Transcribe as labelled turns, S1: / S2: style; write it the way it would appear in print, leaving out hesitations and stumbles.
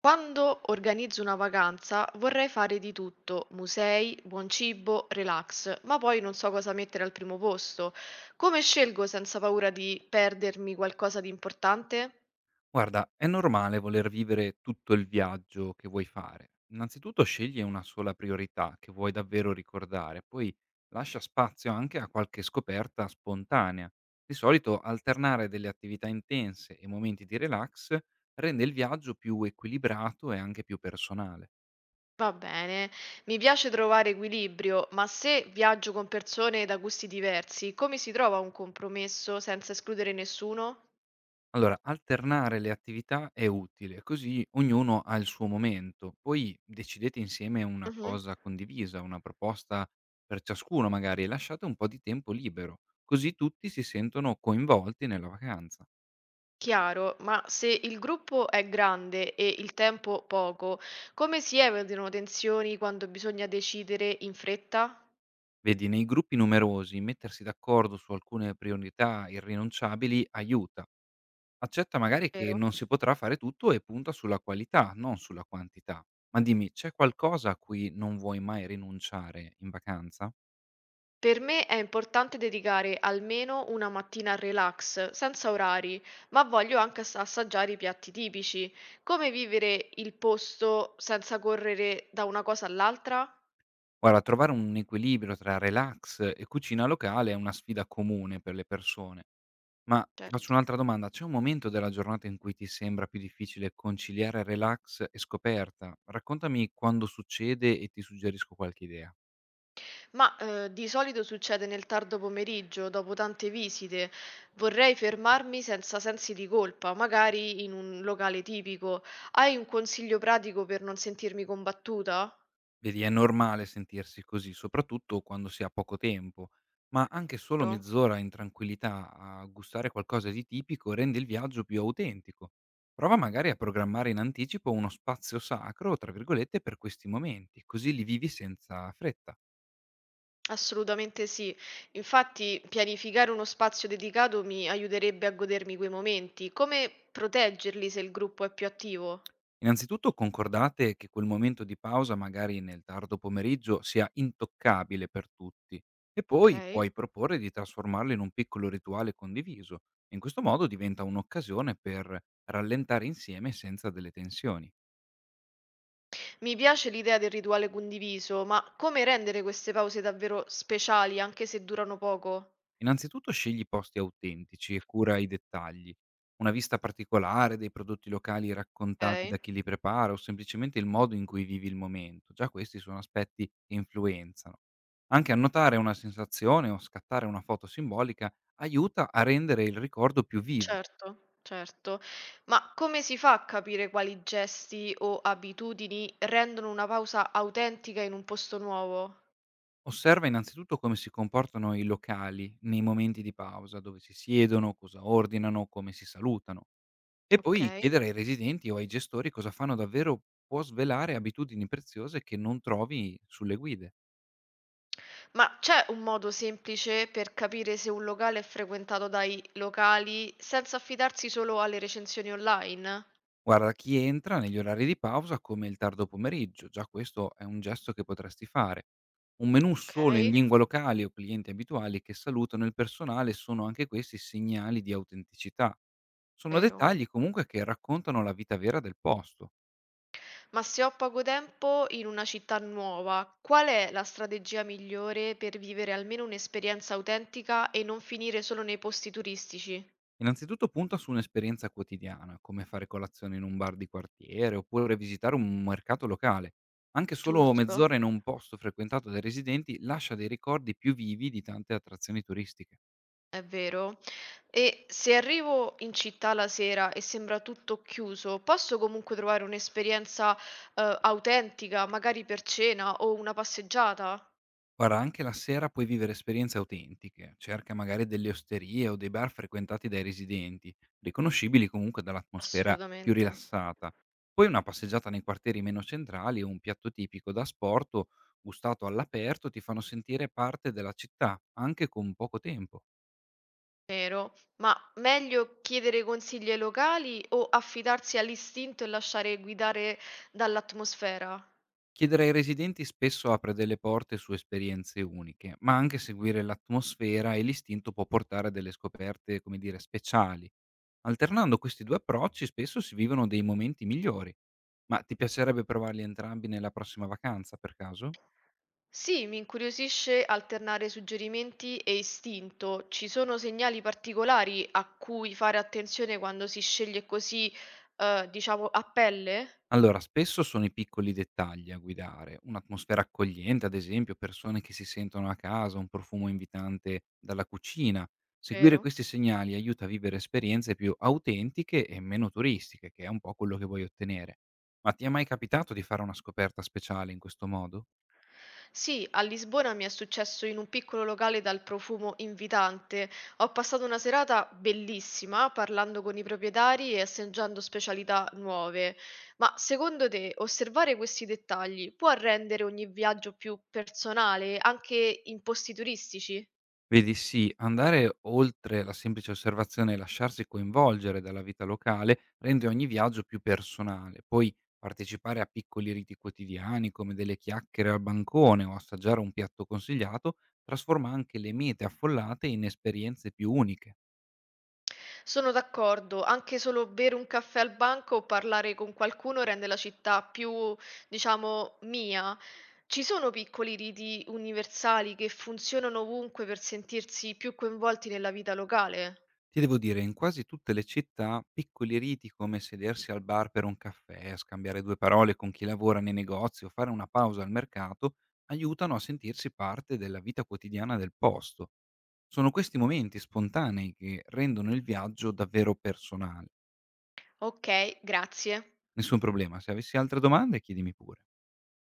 S1: Quando organizzo una vacanza vorrei fare di tutto, musei, buon cibo, relax, ma poi non so cosa mettere al primo posto. Come scelgo senza paura di perdermi qualcosa di importante?
S2: Guarda, è normale voler vivere tutto il viaggio che vuoi fare. Innanzitutto scegli una sola priorità che vuoi davvero ricordare, poi lascia spazio anche a qualche scoperta spontanea. Di solito alternare delle attività intense e momenti di relax rende il viaggio più equilibrato e anche più personale.
S1: Va bene, mi piace trovare equilibrio, ma se viaggio con persone da gusti diversi, come si trova un compromesso senza escludere nessuno?
S2: Allora, alternare le attività è utile, così ognuno ha il suo momento. Poi decidete insieme una
S1: Mhm.
S2: cosa condivisa, una proposta per ciascuno magari e lasciate un po' di tempo libero, così tutti si sentono coinvolti nella vacanza.
S1: Chiaro, ma se il gruppo è grande e il tempo poco, come si evitano tensioni quando bisogna decidere in fretta?
S2: Vedi, nei gruppi numerosi mettersi d'accordo su alcune priorità irrinunciabili aiuta. Accetta magari che
S1: Vero.
S2: non si potrà fare tutto e punta sulla qualità, non sulla quantità. Ma dimmi, c'è qualcosa a cui non vuoi mai rinunciare in vacanza?
S1: Per me è importante dedicare almeno una mattina al relax, senza orari, ma voglio anche assaggiare i piatti tipici. Come vivere il posto senza correre da una cosa all'altra?
S2: Guarda, trovare un equilibrio tra relax e cucina locale è una sfida comune per le persone. Ma ti faccio
S1: Certo.
S2: un'altra domanda, c'è un momento della giornata in cui ti sembra più difficile conciliare relax e scoperta? Raccontami quando succede e ti suggerisco qualche idea.
S1: Ma, di solito succede nel tardo pomeriggio, dopo tante visite. Vorrei fermarmi senza sensi di colpa, magari in un locale tipico. Hai un consiglio pratico per non sentirmi combattuta?
S2: Vedi, è normale sentirsi così, soprattutto quando si ha poco tempo, ma anche solo
S1: No?
S2: mezz'ora in tranquillità a gustare qualcosa di tipico rende il viaggio più autentico. Prova magari a programmare in anticipo uno spazio sacro, tra virgolette, per questi momenti, così li vivi senza fretta.
S1: Assolutamente sì. Infatti, pianificare uno spazio dedicato mi aiuterebbe a godermi quei momenti. Come proteggerli se il gruppo è più attivo?
S2: Innanzitutto concordate che quel momento di pausa, magari nel tardo pomeriggio, sia intoccabile per tutti e poi
S1: Ok.
S2: puoi proporre di trasformarlo in un piccolo rituale condiviso. In questo modo diventa un'occasione per rallentare insieme senza delle tensioni.
S1: Mi piace l'idea del rituale condiviso, ma come rendere queste pause davvero speciali, anche se durano poco?
S2: Innanzitutto scegli posti autentici e cura i dettagli. Una vista particolare dei prodotti locali raccontati da
S1: Ok.
S2: chi li prepara o semplicemente il modo in cui vivi il momento, già questi sono aspetti che influenzano. Anche annotare una sensazione o scattare una foto simbolica aiuta a rendere il ricordo più vivo.
S1: Certo, certo. Ma come si fa a capire quali gesti o abitudini rendono una pausa autentica in un posto nuovo?
S2: Osserva innanzitutto come si comportano i locali nei momenti di pausa, dove si siedono, cosa ordinano, come si salutano. E poi
S1: Okay.
S2: chiedere ai residenti o ai gestori cosa fanno davvero può svelare abitudini preziose che non trovi sulle guide.
S1: Ma c'è un modo semplice per capire se un locale è frequentato dai locali senza affidarsi solo alle recensioni online?
S2: Guarda, chi entra negli orari di pausa come il tardo pomeriggio, già questo è un gesto che potresti fare. Un menù solo in
S1: Okay,
S2: lingua locale o clienti abituali che salutano il personale sono anche questi segnali di autenticità. Sono
S1: vero.
S2: dettagli comunque che raccontano la vita vera del posto.
S1: Ma se ho poco tempo in una città nuova, qual è la strategia migliore per vivere almeno un'esperienza autentica e non finire solo nei posti turistici?
S2: Innanzitutto punta su un'esperienza quotidiana, come fare colazione in un bar di quartiere oppure visitare un mercato locale. Anche solo
S1: Giusto?
S2: mezz'ora in un posto frequentato dai residenti lascia dei ricordi più vivi di tante attrazioni turistiche.
S1: È vero. E se arrivo in città la sera e sembra tutto chiuso, posso comunque trovare un'esperienza, autentica, magari per cena o una passeggiata?
S2: Guarda, anche la sera puoi vivere esperienze autentiche. Cerca magari delle osterie o dei bar frequentati dai residenti, riconoscibili comunque dall'atmosfera più
S1: Assolutamente.
S2: rilassata. Poi una passeggiata nei quartieri meno centrali o un piatto tipico da sport gustato all'aperto ti fanno sentire parte della città, anche con poco tempo.
S1: Vero. Ma meglio chiedere consigli ai locali o affidarsi all'istinto e lasciare guidare dall'atmosfera?
S2: Chiedere ai residenti spesso apre delle porte su esperienze uniche, ma anche seguire l'atmosfera e l'istinto può portare a delle scoperte, come dire, speciali. Alternando questi due approcci spesso si vivono dei momenti migliori. Ma ti piacerebbe provarli entrambi nella prossima vacanza, per caso?
S1: Sì, mi incuriosisce alternare suggerimenti e istinto. Ci sono segnali particolari a cui fare attenzione quando si sceglie così, diciamo, a pelle?
S2: Allora, spesso sono i piccoli dettagli a guidare, un'atmosfera accogliente, ad esempio, persone che si sentono a casa, un profumo invitante dalla cucina. Seguire
S1: Vero?
S2: questi segnali aiuta a vivere esperienze più autentiche e meno turistiche, che è un po' quello che vuoi ottenere. Ma ti è mai capitato di fare una scoperta speciale in questo modo?
S1: Sì, a Lisbona mi è successo in un piccolo locale dal profumo invitante. Ho passato una serata bellissima parlando con i proprietari e assaggiando specialità nuove. Ma secondo te, osservare questi dettagli può rendere ogni viaggio più personale, anche in posti turistici?
S2: Vedi, sì, andare oltre la semplice osservazione e lasciarsi coinvolgere dalla vita locale rende ogni viaggio più personale. Poi partecipare a piccoli riti quotidiani come delle chiacchiere al bancone o assaggiare un piatto consigliato trasforma anche le mete affollate in esperienze più uniche.
S1: Sono d'accordo, anche solo bere un caffè al banco o parlare con qualcuno rende la città più, diciamo, mia. Ci sono piccoli riti universali che funzionano ovunque per sentirsi più coinvolti nella vita locale?
S2: Ti devo dire, in quasi tutte le città, piccoli riti come sedersi al bar per un caffè, scambiare due parole con chi lavora nei negozi o fare una pausa al mercato aiutano a sentirsi parte della vita quotidiana del posto. Sono questi momenti spontanei che rendono il viaggio davvero personale.
S1: Ok, grazie.
S2: Nessun problema, se avessi altre domande chiedimi pure.